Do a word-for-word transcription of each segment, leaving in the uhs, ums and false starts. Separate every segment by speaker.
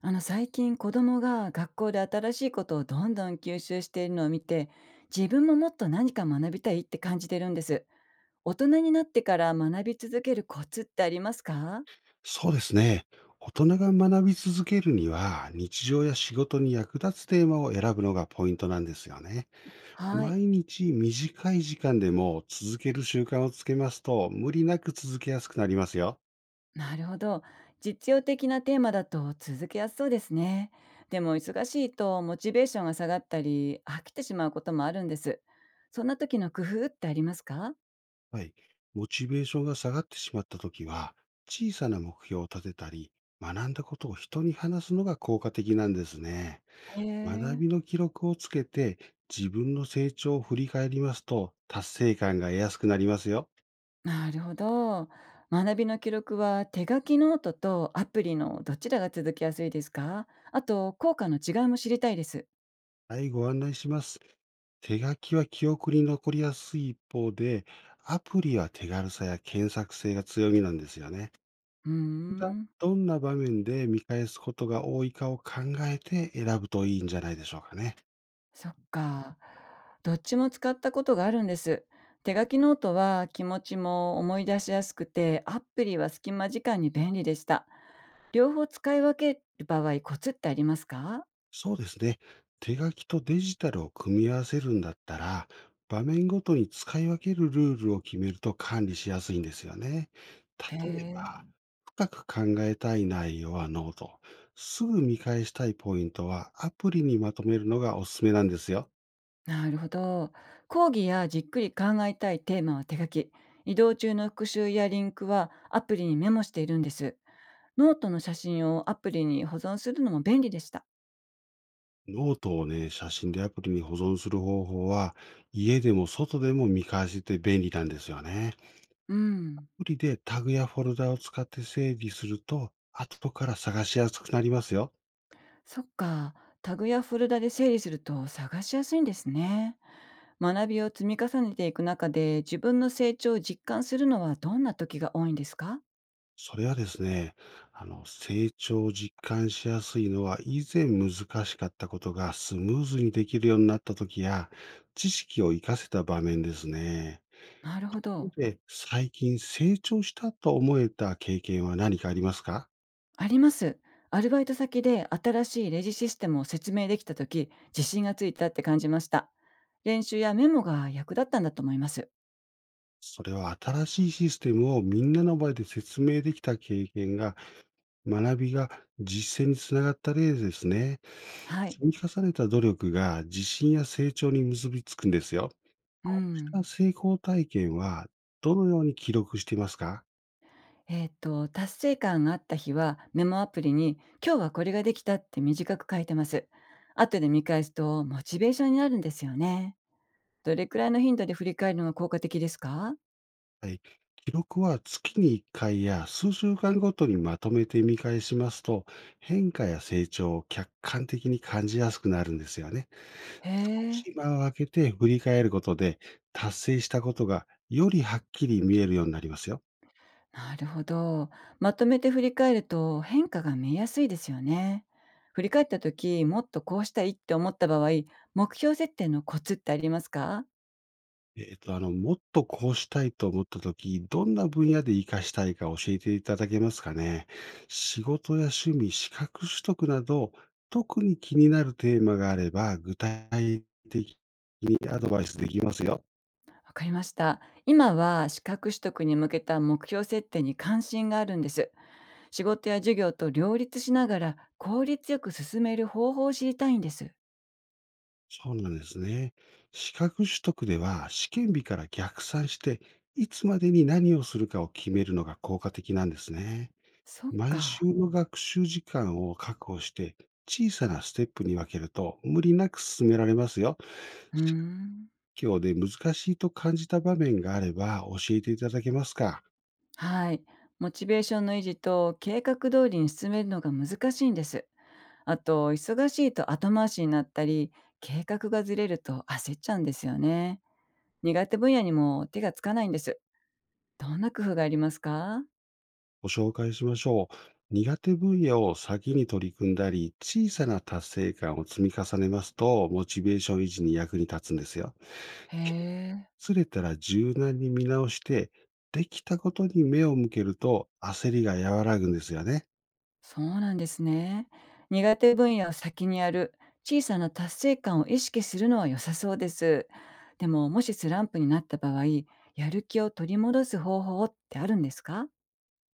Speaker 1: あの最近子供が学校で新しいことをどんどん吸収しているのを見て、自分ももっと何か学びたいって感じてるんです。大人になってから学び続けるコツってありますか？
Speaker 2: そうですね。大人が学び続けるには、日常や仕事に役立つテーマを選ぶのがポイントなんですよね。
Speaker 1: はい。
Speaker 2: 毎日短い時間でも続ける習慣をつけますと、無理なく続けやすくなりますよ。
Speaker 1: なるほど。実用的なテーマだと続けやすそうですね。でも忙しいとモチベーションが下がったり飽きてしまうこともあるんです。そんな時の工夫ってありますか？
Speaker 2: はい。モチベーションが下がってしまったときは、小さな目標を立てたり、学んだことを人に話すのが効果的なんですね。
Speaker 1: へ
Speaker 2: 学
Speaker 1: え。
Speaker 2: びの記録をつけて、自分の成長を振り返りますと、達成感が得やすくなりますよ。
Speaker 1: なるほど。学びの記録は手書きノートとアプリのどちらが続きやすいですか？あと、効果の違いも知りたいです。
Speaker 2: はい、ご案内します。手書きは記憶に残りやすい一方で、アプリは手軽さや検索性が強みなんですよね。
Speaker 1: うー
Speaker 2: だ
Speaker 1: ん、
Speaker 2: どんな場面で見返すことが多いかを考えて選ぶといいんじゃないでしょうかね。
Speaker 1: そっか。どっちも使ったことがあるんです。手書きノートは気持ちも思い出しやすくて、アプリは隙間時間に便利でした。両方使い分ける場合、コツってありますか？
Speaker 2: そうですね。手書きとデジタルを組み合わせるんだったら、場面ごとに使い分けるルールを決めると管理しやすいんですよね。
Speaker 1: へ
Speaker 2: 例え
Speaker 1: え。
Speaker 2: ば、深く考えたい内容はノート、すぐ見返したいポイントはアプリにまとめるのがおすすめなんですよ。
Speaker 1: なるほど。講義やじっくり考えたいテーマは手書き。移動中の復習やリンクはアプリにメモしているんです。ノートの写真をアプリに保存するのも便利でした。
Speaker 2: ノートをね、写真でアプリに保存する方法は、家でも外でも見返せて便利なんですよね。
Speaker 1: う
Speaker 2: ア
Speaker 1: ん。
Speaker 2: プリでタグやフォルダを使って整理すると、後から探しやすくなりますよ。
Speaker 1: そっか。タグやフォルダで整理すると探しやすいんですね。学びを積み重ねていく中で自分の成長を実感するのはどんな時が多いんですか？
Speaker 2: それはですね、あの、成長を実感しやすいのは、以前難しかったことがスムーズにできるようになった時や、知識を活かせた場面ですね。
Speaker 1: なるほど。
Speaker 2: で、最近成長したと思えた経験は何かありますか？
Speaker 1: あります。アルバイト先で新しいレジシステムを説明できた時、自信がついたって感じました。練習やメモが役立ったんだと思います。
Speaker 2: それは新しいシステムをみんなの前で説明できた経験が、学びが実践につながった例ですね。
Speaker 1: はい。
Speaker 2: 積み重ねた努力が自信や成長に結びつくんですよ。
Speaker 1: う
Speaker 2: こうし
Speaker 1: ん。
Speaker 2: た成功体験はどのように記録していますか？
Speaker 1: えっ、と、達成感があった日は、メモアプリに、今日はこれができたって短く書いてます。後で見返すと、モチベーションになるんですよね。どれくらいの頻度で振り返るのが効果的ですか？
Speaker 2: はい。記録は月にいっかいや数週間ごとにまとめて見返しますと、変化や成長を客観的に感じやすくなるんですよね。
Speaker 1: へ
Speaker 2: 少
Speaker 1: え、
Speaker 2: し間を空けて振り返ることで、達成したことがよりはっきり見えるようになりますよ。
Speaker 1: なるほど。まとめて振り返ると、変化が見えやすいですよね。振り返った時、もっとこうしたいって思った場合、目標設定のコツってありますか？
Speaker 2: えっと、あの、もっとこうしたいと思ったとき、どんな分野で活かしたいか教えていただけますかね。仕事や趣味、資格取得など、特に気になるテーマがあれば、具体的にアドバイスできますよ。
Speaker 1: わかりました。今は資格取得に向けた目標設定に関心があるんです。仕事や授業と両立しながら効率よく進める方法を知りたいんです。
Speaker 2: そうなんですね。資格取得では、試験日から逆算して、いつまでに何をするかを決めるのが効果的なんですね。
Speaker 1: そっ
Speaker 2: 毎週
Speaker 1: か。
Speaker 2: の学習時間を確保して、小さなステップに分けると無理なく進められますよ。
Speaker 1: うーん。
Speaker 2: 今日で難しいと感じた場面があれば教えていただけますか？
Speaker 1: はい。モチベーションの維持と計画通りに進めるのが難しいんです。あと、忙しいと後回しになったり、計画がずれると焦っちゃうんですよね。苦手分野にも手がつかないんです。どんな工夫がありますか？
Speaker 2: ご紹介しましょう。苦手分野を先に取り組んだり、小さな達成感を積み重ねますと、モチベーション維持に役に立つんですよ。
Speaker 1: へえ。
Speaker 2: ずれたら柔軟に見直して、できたことに目を向けると焦りが和らぐんですよね。
Speaker 1: そうなんですね。苦手分野を先にやる、小さな達成感を意識するのは良さそうです。でも、もしスランプになった場合、やる気を取り戻す方法ってあるんですか？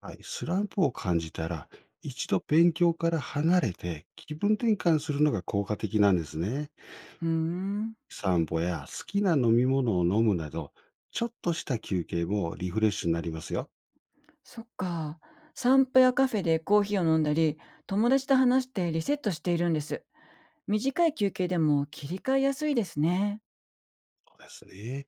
Speaker 2: はい、スランプを感じたら、一度勉強から離れて気分転換するのが効果的なんですね。
Speaker 1: うーん、
Speaker 2: 散歩や好きな飲み物を飲むなど、ちょっとした休憩もリフレッシュになりますよ。
Speaker 1: そっか。散歩やカフェでコーヒーを飲んだり、友達と話してリセットしているんです。短い休憩でも切り替えやすいですね。
Speaker 2: そうですね。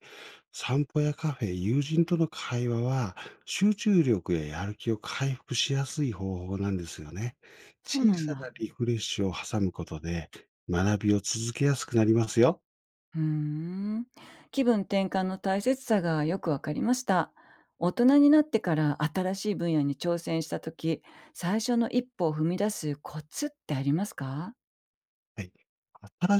Speaker 2: 散歩やカフェ、友人との会話は、集中力ややる気を回復しやすい方法なんですよね。
Speaker 1: そう
Speaker 2: 小
Speaker 1: なん
Speaker 2: さ
Speaker 1: だ。
Speaker 2: なリフレッシュを挟むことで、学びを続けやすくなりますよ。
Speaker 1: うーん。気分転換の大切さがよくわかりました。大人になってから新しい分野に挑戦した時、最初の一歩を踏み出すコツってありますか？
Speaker 2: はい。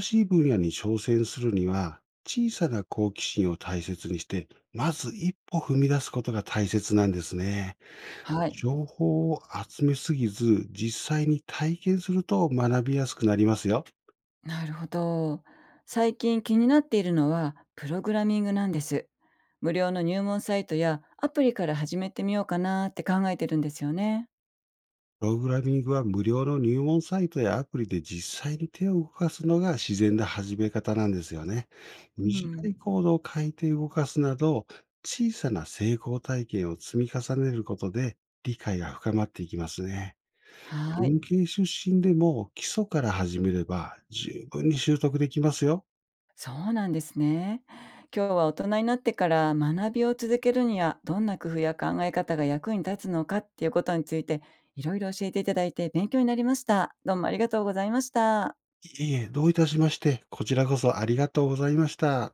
Speaker 2: 新しい分野に挑戦するには、小さな好奇心を大切にして、まず一歩踏み出すことが大切なんですね。
Speaker 1: はい。
Speaker 2: 情報を集めすぎず、実際に体験すると学びやすくなりますよ。
Speaker 1: なるほど。最近気になっているのはプログラミングなんです。無料の入門サイトやアプリから始めてみようかなって考えてるんですよね。
Speaker 2: プログラミングは無料の入門サイトやアプリで実際に手を動かすのが自然な始め方なんですよね。
Speaker 1: う
Speaker 2: 短
Speaker 1: ん。
Speaker 2: いコードを書いて動かすなど、小さな成功体験を積み重ねることで理解が深まっていきますね。
Speaker 1: はい。
Speaker 2: 文系出身でも基礎から始めれば十分に習得できますよ。
Speaker 1: そうなんですね。今日は大人になってから学びを続けるにはどんな工夫や考え方が役に立つのかっていうことについて、いろいろ教えていただいて勉強になりました。どうもありがとうございました。
Speaker 2: いえいえ、どういたしまして、こちらこそありがとうございました。